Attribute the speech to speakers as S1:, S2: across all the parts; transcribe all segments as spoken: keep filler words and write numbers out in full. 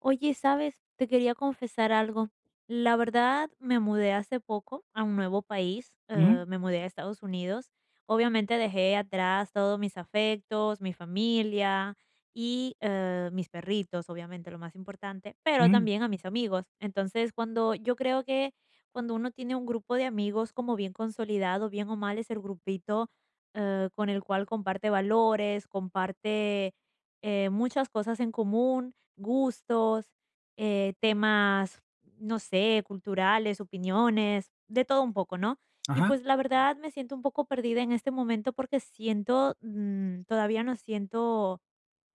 S1: Oye, ¿sabes? Te quería confesar algo. La verdad, me mudé hace poco a un nuevo país,
S2: Ujú,
S1: eh, me mudé a Estados Unidos. Obviamente dejé atrás todos mis afectos, mi familia y eh, mis perritos, obviamente lo más importante, pero
S2: ujú,
S1: también a mis amigos. Entonces, cuando yo creo que cuando uno tiene un grupo de amigos como bien consolidado, bien o mal, es el grupito eh, con el cual comparte valores, comparte eh, muchas cosas en común, gustos, eh, temas, no sé, culturales, opiniones, de todo un poco, ¿no? Y
S2: ajá.
S1: pues la verdad me siento un poco perdida en este momento porque siento, mm, todavía no siento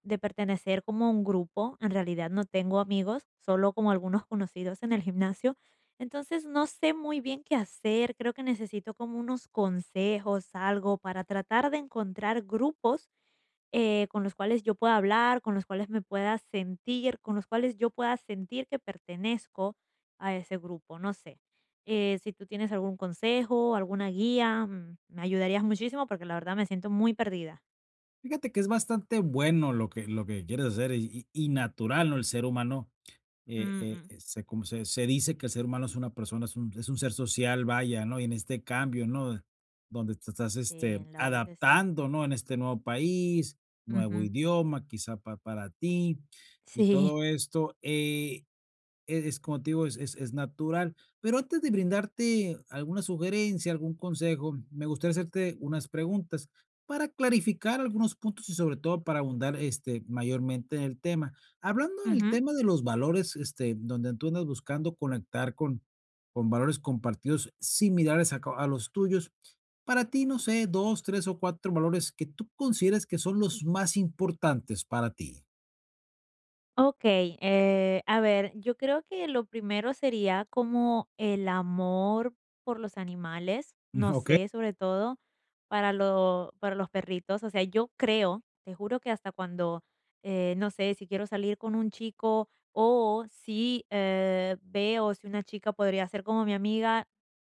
S1: de pertenecer como a un grupo, en realidad no tengo amigos, solo como algunos conocidos en el gimnasio. Entonces no sé muy bien qué hacer, creo que necesito como unos consejos, algo para tratar de encontrar grupos eh, con los cuales yo pueda hablar, con los cuales me pueda sentir, con los cuales yo pueda sentir que pertenezco a ese grupo, no sé. Eh, si tú tienes algún consejo, alguna guía, mm, me ayudarías muchísimo porque la verdad me siento muy perdida.
S2: Fíjate que es bastante bueno lo que lo que quieres hacer y y y natural, ¿no? El ser humano, eh
S1: Mm,
S2: eh,
S1: mm.
S2: eh, se como se se dice que el ser humano es una persona, es un es un ser social, vaya, ¿no? Y en este cambio, ¿no? Donde te estás,
S1: Sí,
S2: este,
S1: la verdad que sí.
S2: adaptando, ¿no? En este nuevo país, nuevo
S1: Ujú.
S2: idioma, quizá pa para ti y
S1: Sí.
S2: todo esto, eh es es como te digo, es es es natural. Pero antes de brindarte alguna sugerencia, algún consejo, me gustaría hacerte unas preguntas para clarificar algunos puntos y sobre todo para abundar, este, mayormente en el tema. Hablando del
S1: Ujú.
S2: tema de los valores, este, donde tú andas buscando conectar con con valores compartidos similares a co a los tuyos. Para ti, no sé, dos, tres o cuatro valores que tú consideres que son los más importantes para ti.
S1: Okey, eh, a ver, yo creo que lo primero sería como el amor por los animales, no
S2: ¿Ok?
S1: sé, sobre todo para lo para los perritos, o sea, yo creo, te juro que hasta cuando, eh, no sé, si quiero salir con un chico o si, eh, veo si una chica podría ser como mi amiga,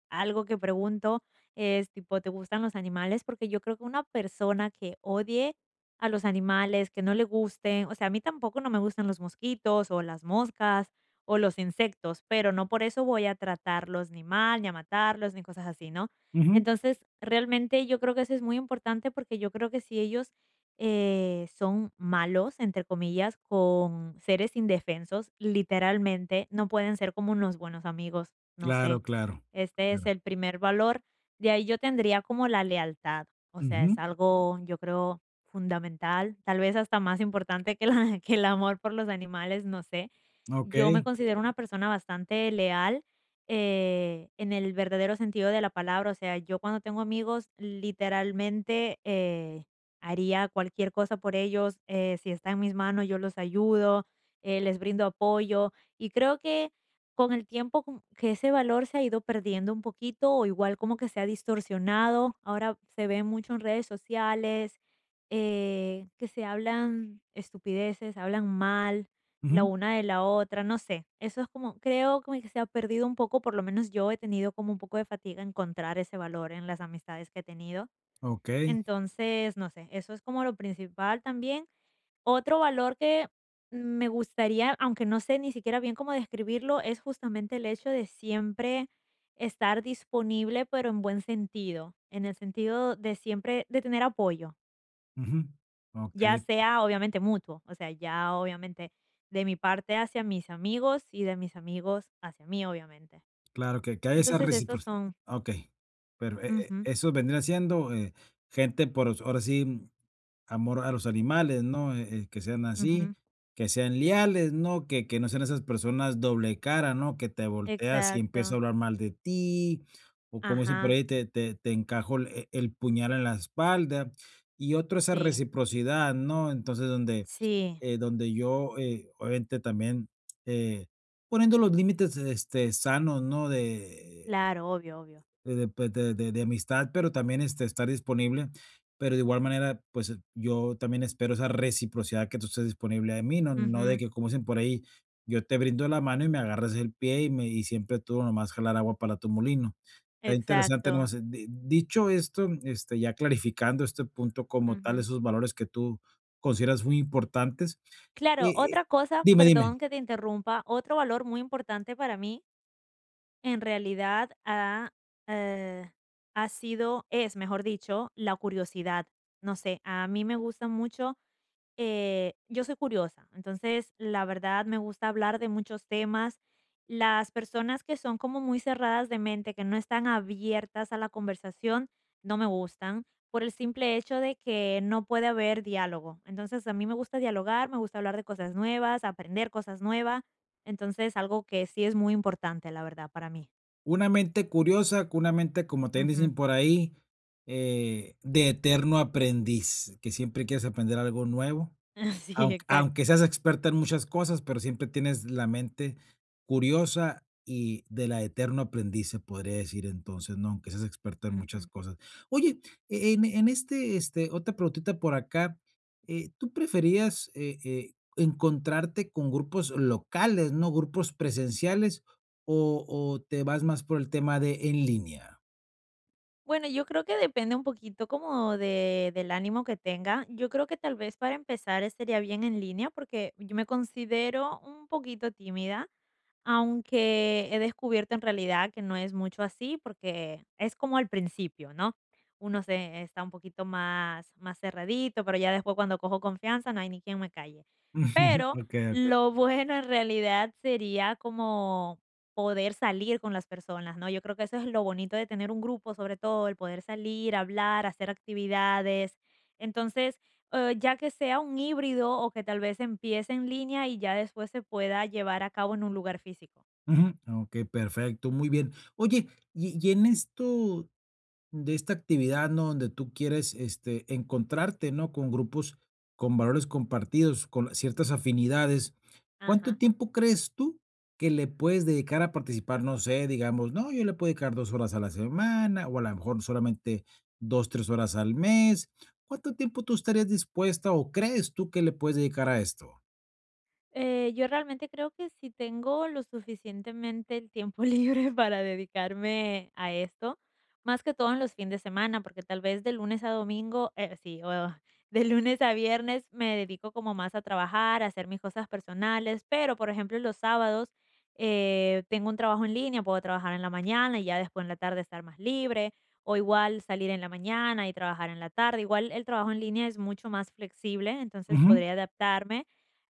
S1: algo que pregunto es tipo, ¿te gustan los animales? Porque yo creo que una persona que odie a los animales, que no le gusten. O sea, a mí tampoco no me gustan los mosquitos o las moscas o los insectos, pero no por eso voy a tratarlos ni mal, ni a matarlos, ni cosas así, ¿no?
S2: Ujú.
S1: Entonces, realmente yo creo que eso es muy importante porque yo creo que si ellos eh, son malos, entre comillas, con seres indefensos, literalmente no pueden ser como unos buenos amigos, no
S2: Claro,
S1: sé.
S2: claro.
S1: Este es
S2: Claro.
S1: el primer valor. De ahí yo tendría como la lealtad. O sea,
S2: Ujú,
S1: es algo, yo creo, fundamental, tal vez hasta más importante que la que el amor por los animales, no sé. Yo me
S2: okey,
S1: considero una persona bastante leal, eh, en el verdadero sentido de la palabra, o sea, yo cuando tengo amigos, literalmente, eh, haría cualquier cosa por ellos, eh, si está en mis manos, yo los ayudo, eh, les brindo apoyo, y creo que con el tiempo como que ese valor se ha ido perdiendo un poquito, o igual como que se ha distorsionado, ahora se ve mucho en redes sociales, eh, que se hablan estupideces, hablan mal la
S2: ujú,
S1: una de la otra, no sé. Eso es como, creo como que se ha perdido un poco, por lo menos yo he tenido como un poco de fatiga encontrar ese valor en las amistades que he tenido.
S2: okey,
S1: Entonces, no sé, eso es como lo principal también. Otro valor que me gustaría, aunque no sé ni siquiera bien cómo describirlo, es justamente el hecho de siempre estar disponible, pero en buen sentido, en el sentido de siempre, de tener apoyo.
S2: ujú,
S1: Ya
S2: okey,
S1: sea, obviamente, mutuo, o sea, ya obviamente de mi parte hacia mis amigos y de mis amigos hacia mí, obviamente.
S2: claro, que que hay esa
S1: Entonces,
S2: recipro
S1: estos son
S2: okey, pero, e e
S1: ujú,
S2: eso vendría siendo, eh, gente por ahora sí amor a los animales, ¿no? Eh, eh, que sean así,
S1: ujú,
S2: que sean leales, ¿no? Que, que no sean esas personas doble cara, ¿no? Que te volteas y empieza a
S1: exacto,
S2: hablar mal de ti, o como dicen por
S1: ajá,
S2: ahí, te, te, te encajo el, e- el puñal en la espalda. Y otro, esa
S1: sí,
S2: reciprocidad, ¿no? Entonces, donde,
S1: sí,
S2: eh, donde yo, eh, obviamente, también eh, poniendo los límites este, sanos, ¿no? De
S1: claro, obvio, obvio.
S2: de de, pues, de de de amistad, pero también, este, estar disponible, pero de igual manera, pues, yo también espero esa reciprocidad que tú estés disponible a mí, no no de
S1: Ujú,
S2: que, como dicen por ahí, yo te brindo la mano y me agarras el pie y me y siempre tú nomás jalar agua para tu molino. Está interesante
S1: exacto,
S2: nomás, eh, di dicho esto, este, ya clarificando este punto como tal,
S1: ujú.
S2: esos valores que tú consideras muy importantes, eh
S1: Claro,
S2: eh
S1: otra cosa,
S2: dime, dime.
S1: perdón que te interrumpa, otro valor muy importante para mí, en realidad, ha, eh, ha sido es, mejor dicho, la curiosidad. No sé, a mí me gusta mucho, eh, yo soy curiosa, entonces la verdad me gusta hablar de muchos temas. Las personas que son como muy cerradas de mente, que no están abiertas a la conversación, no me gustan por el simple hecho de que no puede haber diálogo. Entonces a mí me gusta dialogar, me gusta hablar de cosas nuevas, aprender cosas nuevas. Entonces algo que sí es muy importante, la verdad, para mí.
S2: Una mente curiosa, con una mente, como también
S1: Ujú.
S2: dicen por ahí, eh, de eterno aprendiz, que siempre quieres aprender algo nuevo
S1: Sí,
S2: aunque aunque
S1: exacto.
S2: seas experta en muchas cosas, pero siempre tienes la mente curiosa y de la eterno aprendiz, se podría decir entonces, ¿no? Aunque seas experta en muchas
S1: Ujú.
S2: cosas. Oye, e en en este, este, otra preguntita por acá, eh, ¿tú preferías, eh eh, encontrarte con grupos locales, no grupos presenciales, o o te vas más por el tema de en línea?
S1: Bueno, yo creo que depende un poquito como de del ánimo que tenga. Yo creo que tal vez para empezar estaría bien en línea porque yo me considero un poquito tímida, aunque he descubierto en realidad que no es mucho así, porque es como al principio, ¿no? Uno se está un poquito más, más cerradito, pero ya después cuando cojo confianza no hay ni quien me calle. Pero
S2: Okey, okey.
S1: lo bueno en realidad sería como poder salir con las personas, ¿no? Yo creo que eso es lo bonito de tener un grupo, sobre todo el poder salir, hablar, hacer actividades. Entonces, eh, ya que sea un híbrido o que tal vez empiece en línea y ya después se pueda llevar a cabo en un lugar físico.
S2: Ujú. Okey, perfecto, muy bien. Oye, y y en esto de esta actividad, ¿no? Donde tú quieres, este, encontrarte, ¿no? Con grupos con valores compartidos, con ciertas afinidades. ¿Cuánto
S1: Ajá.
S2: tiempo crees tú que le puedes dedicar a participar? No sé, digamos, no, yo le puedo dedicar dos horas a la semana o a lo mejor solamente dos, tres horas al mes. ¿Cuánto tiempo tú estarías dispuesta o crees tú que le puedes dedicar a esto?
S1: Eh, yo realmente creo que si tengo lo suficientemente el tiempo libre para dedicarme a esto, más que todo en los fines de semana, porque tal vez de lunes a domingo, eh, sí, o de lunes a viernes me dedico como más a trabajar, a hacer mis cosas personales, pero por ejemplo los sábados eh, tengo un trabajo en línea, puedo trabajar en la mañana y ya después en la tarde estar más libre, o igual salir en la mañana y trabajar en la tarde. Igual el trabajo en línea es mucho más flexible, entonces
S2: Ujú.
S1: podría adaptarme,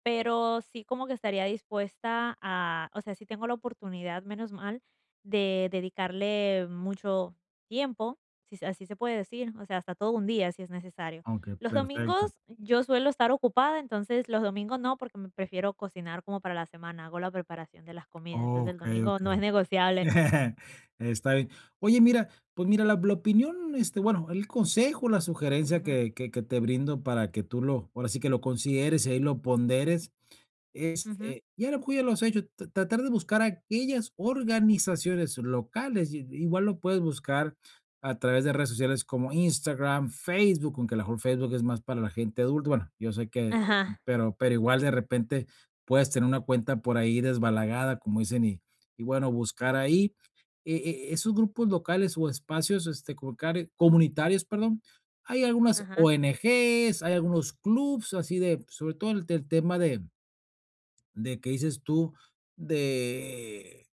S1: pero sí como que estaría dispuesta a, o sea, si tengo la oportunidad, menos mal, de dedicarle mucho tiempo, si se- así se puede decir, o sea, hasta todo un día si es necesario.
S2: Ok,
S1: Los
S2: perfecto.
S1: domingos yo suelo estar ocupada, entonces los domingos no, porque me prefiero cocinar como para la semana, hago la preparación de las comidas, entonces el
S2: Ok,
S1: domingo
S2: ok.
S1: no es negociable.
S2: Está bien. Oye, mira, pues mira, la, la opinión, este, bueno, el consejo, la sugerencia
S1: Ujú,
S2: que, que, que te brindo para que tú lo, ahora sí que lo consideres y ahí lo ponderes, es,
S1: ujú,
S2: eh, ya apoya los hechos, tra tratar de buscar aquellas organizaciones locales, i igual lo puedes buscar a través de redes sociales como Instagram, Facebook, aunque a lo mejor Facebook es más para la gente adulta, bueno, yo sé que
S1: ajá,
S2: pero pero igual de repente puedes tener una cuenta por ahí desbalagada, como dicen, y y bueno, buscar ahí, e e esos grupos locales o espacios, este, colocar comunitarios, perdón. Hay algunas
S1: ajá,
S2: O N G s, hay algunos clubs así de sobre todo el el tema de de que dices tú de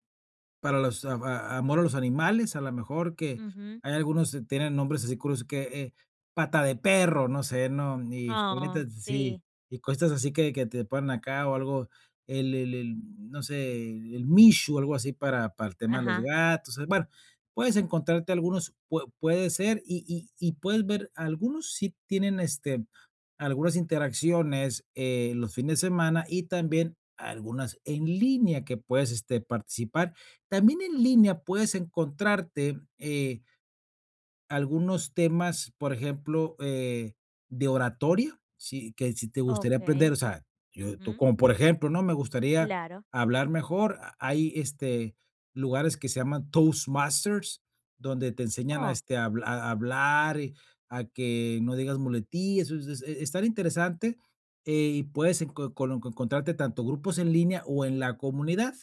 S2: para los a a amor a los animales, a lo mejor que
S1: ujú.
S2: hay algunos que tienen nombres así curiosos que, eh, pata de perro, no sé, ¿no? Y
S1: Oh,
S2: figuritas sí,
S1: sí,
S2: y cosas así que que te ponen acá o algo, el el el, no sé, el Mishu, algo así para para el tema de los
S1: ajá,
S2: gatos, eh, bueno, puedes encontrarte algunos, pue puede ser, y y y puedes ver, algunos sí tienen, este, algunas interacciones, eh, los fines de semana y también algunas en línea que puedes, este, participar. También en línea puedes encontrarte, eh, algunos temas, por ejemplo, eh, de oratoria, sí, que si te gustaría
S1: ok,
S2: aprender, o sea, yo tú
S1: ujú,
S2: como por ejemplo, ¿no? Me gustaría
S1: claro,
S2: hablar mejor. ha- Hay este lugares que se llaman Toastmasters, donde te enseñan a,
S1: oh,
S2: este, habl- a hablar, y a que no digas muletillas. Es, es- es tan interesante eh, y puedes enco- con- encontrarte tanto grupos en línea o en la comunidad,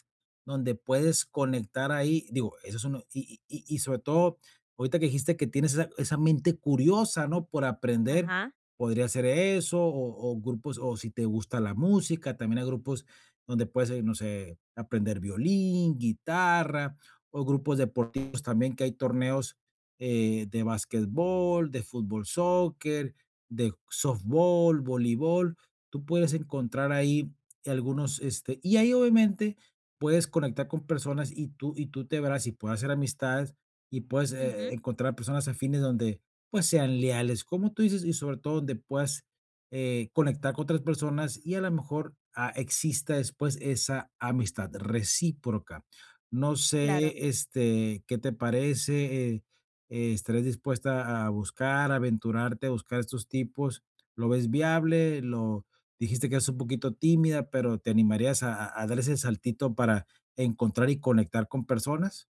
S2: donde puedes conectar ahí. Digo, eso es uno. y y- y- y sobre todo ahorita que dijiste que tienes esa esa mente curiosa, ¿no?, por aprender,
S1: ajá,
S2: podría ser eso, o o grupos, o si te gusta la música, también hay grupos donde puedes, eh, no sé, aprender violín, guitarra, o grupos deportivos también, que hay torneos, eh, de básquetbol, de fútbol soccer, de softball, voleibol. Tú puedes encontrar ahí algunos, este, y ahí obviamente puedes conectar con personas y tú y tú te verás, y puedes hacer amistades y puedes, eh,
S1: ujú.
S2: encontrar personas afines donde, pues, sean leales, como tú dices, y sobre todo donde puedas, eh, conectar con otras personas y a lo mejor, ah, exista después esa amistad recíproca. No
S1: Claro,
S2: sé, este, ¿qué te parece? Eh, eh, ¿estarías dispuesta a buscar, a aventurarte, a buscar estos tipos? ¿Lo ves viable? Lo dijiste que es un poquito tímida, pero, ¿te animarías a a a dar ese saltito para encontrar y conectar con personas?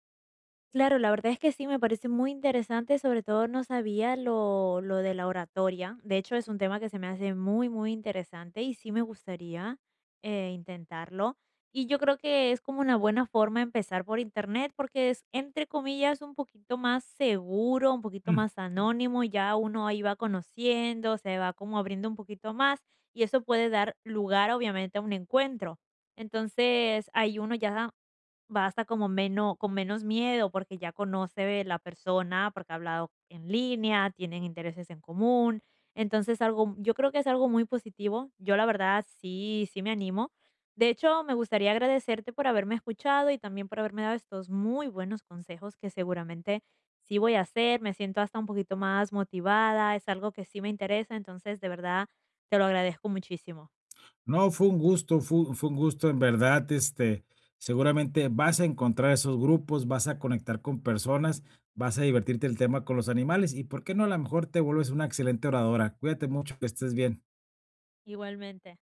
S1: claro, la verdad es que sí, me parece muy interesante, sobre todo no sabía lo, lo de la oratoria, de hecho es un tema que se me hace muy, muy interesante y sí me gustaría eh, intentarlo. Y yo creo que es como una buena forma empezar por internet porque es, entre comillas, un poquito más seguro, un poquito más anónimo, ya uno ahí va conociendo, se va como abriendo un poquito más y eso puede dar lugar obviamente a un encuentro. Entonces, ahí uno ya va hasta como menos, con menos miedo, porque ya conoce la persona, porque ha hablado en línea, tienen intereses en común. Entonces, algo yo creo que es algo muy positivo. Yo, la verdad, sí, sí me animo. De hecho, me gustaría agradecerte por haberme escuchado y también por haberme dado estos muy buenos consejos que seguramente sí voy a hacer. Me siento hasta un poquito más motivada, es algo que sí me interesa, entonces, de verdad, te lo agradezco muchísimo.
S2: No, fue un gusto, fu fue un gusto, en verdad, este, seguramente vas a encontrar esos grupos, vas a conectar con personas, vas a divertirte el tema con los animales y, ¿por qué no? A lo mejor te vuelves una excelente oradora. Cuídate mucho, que estés bien.
S1: Igualmente.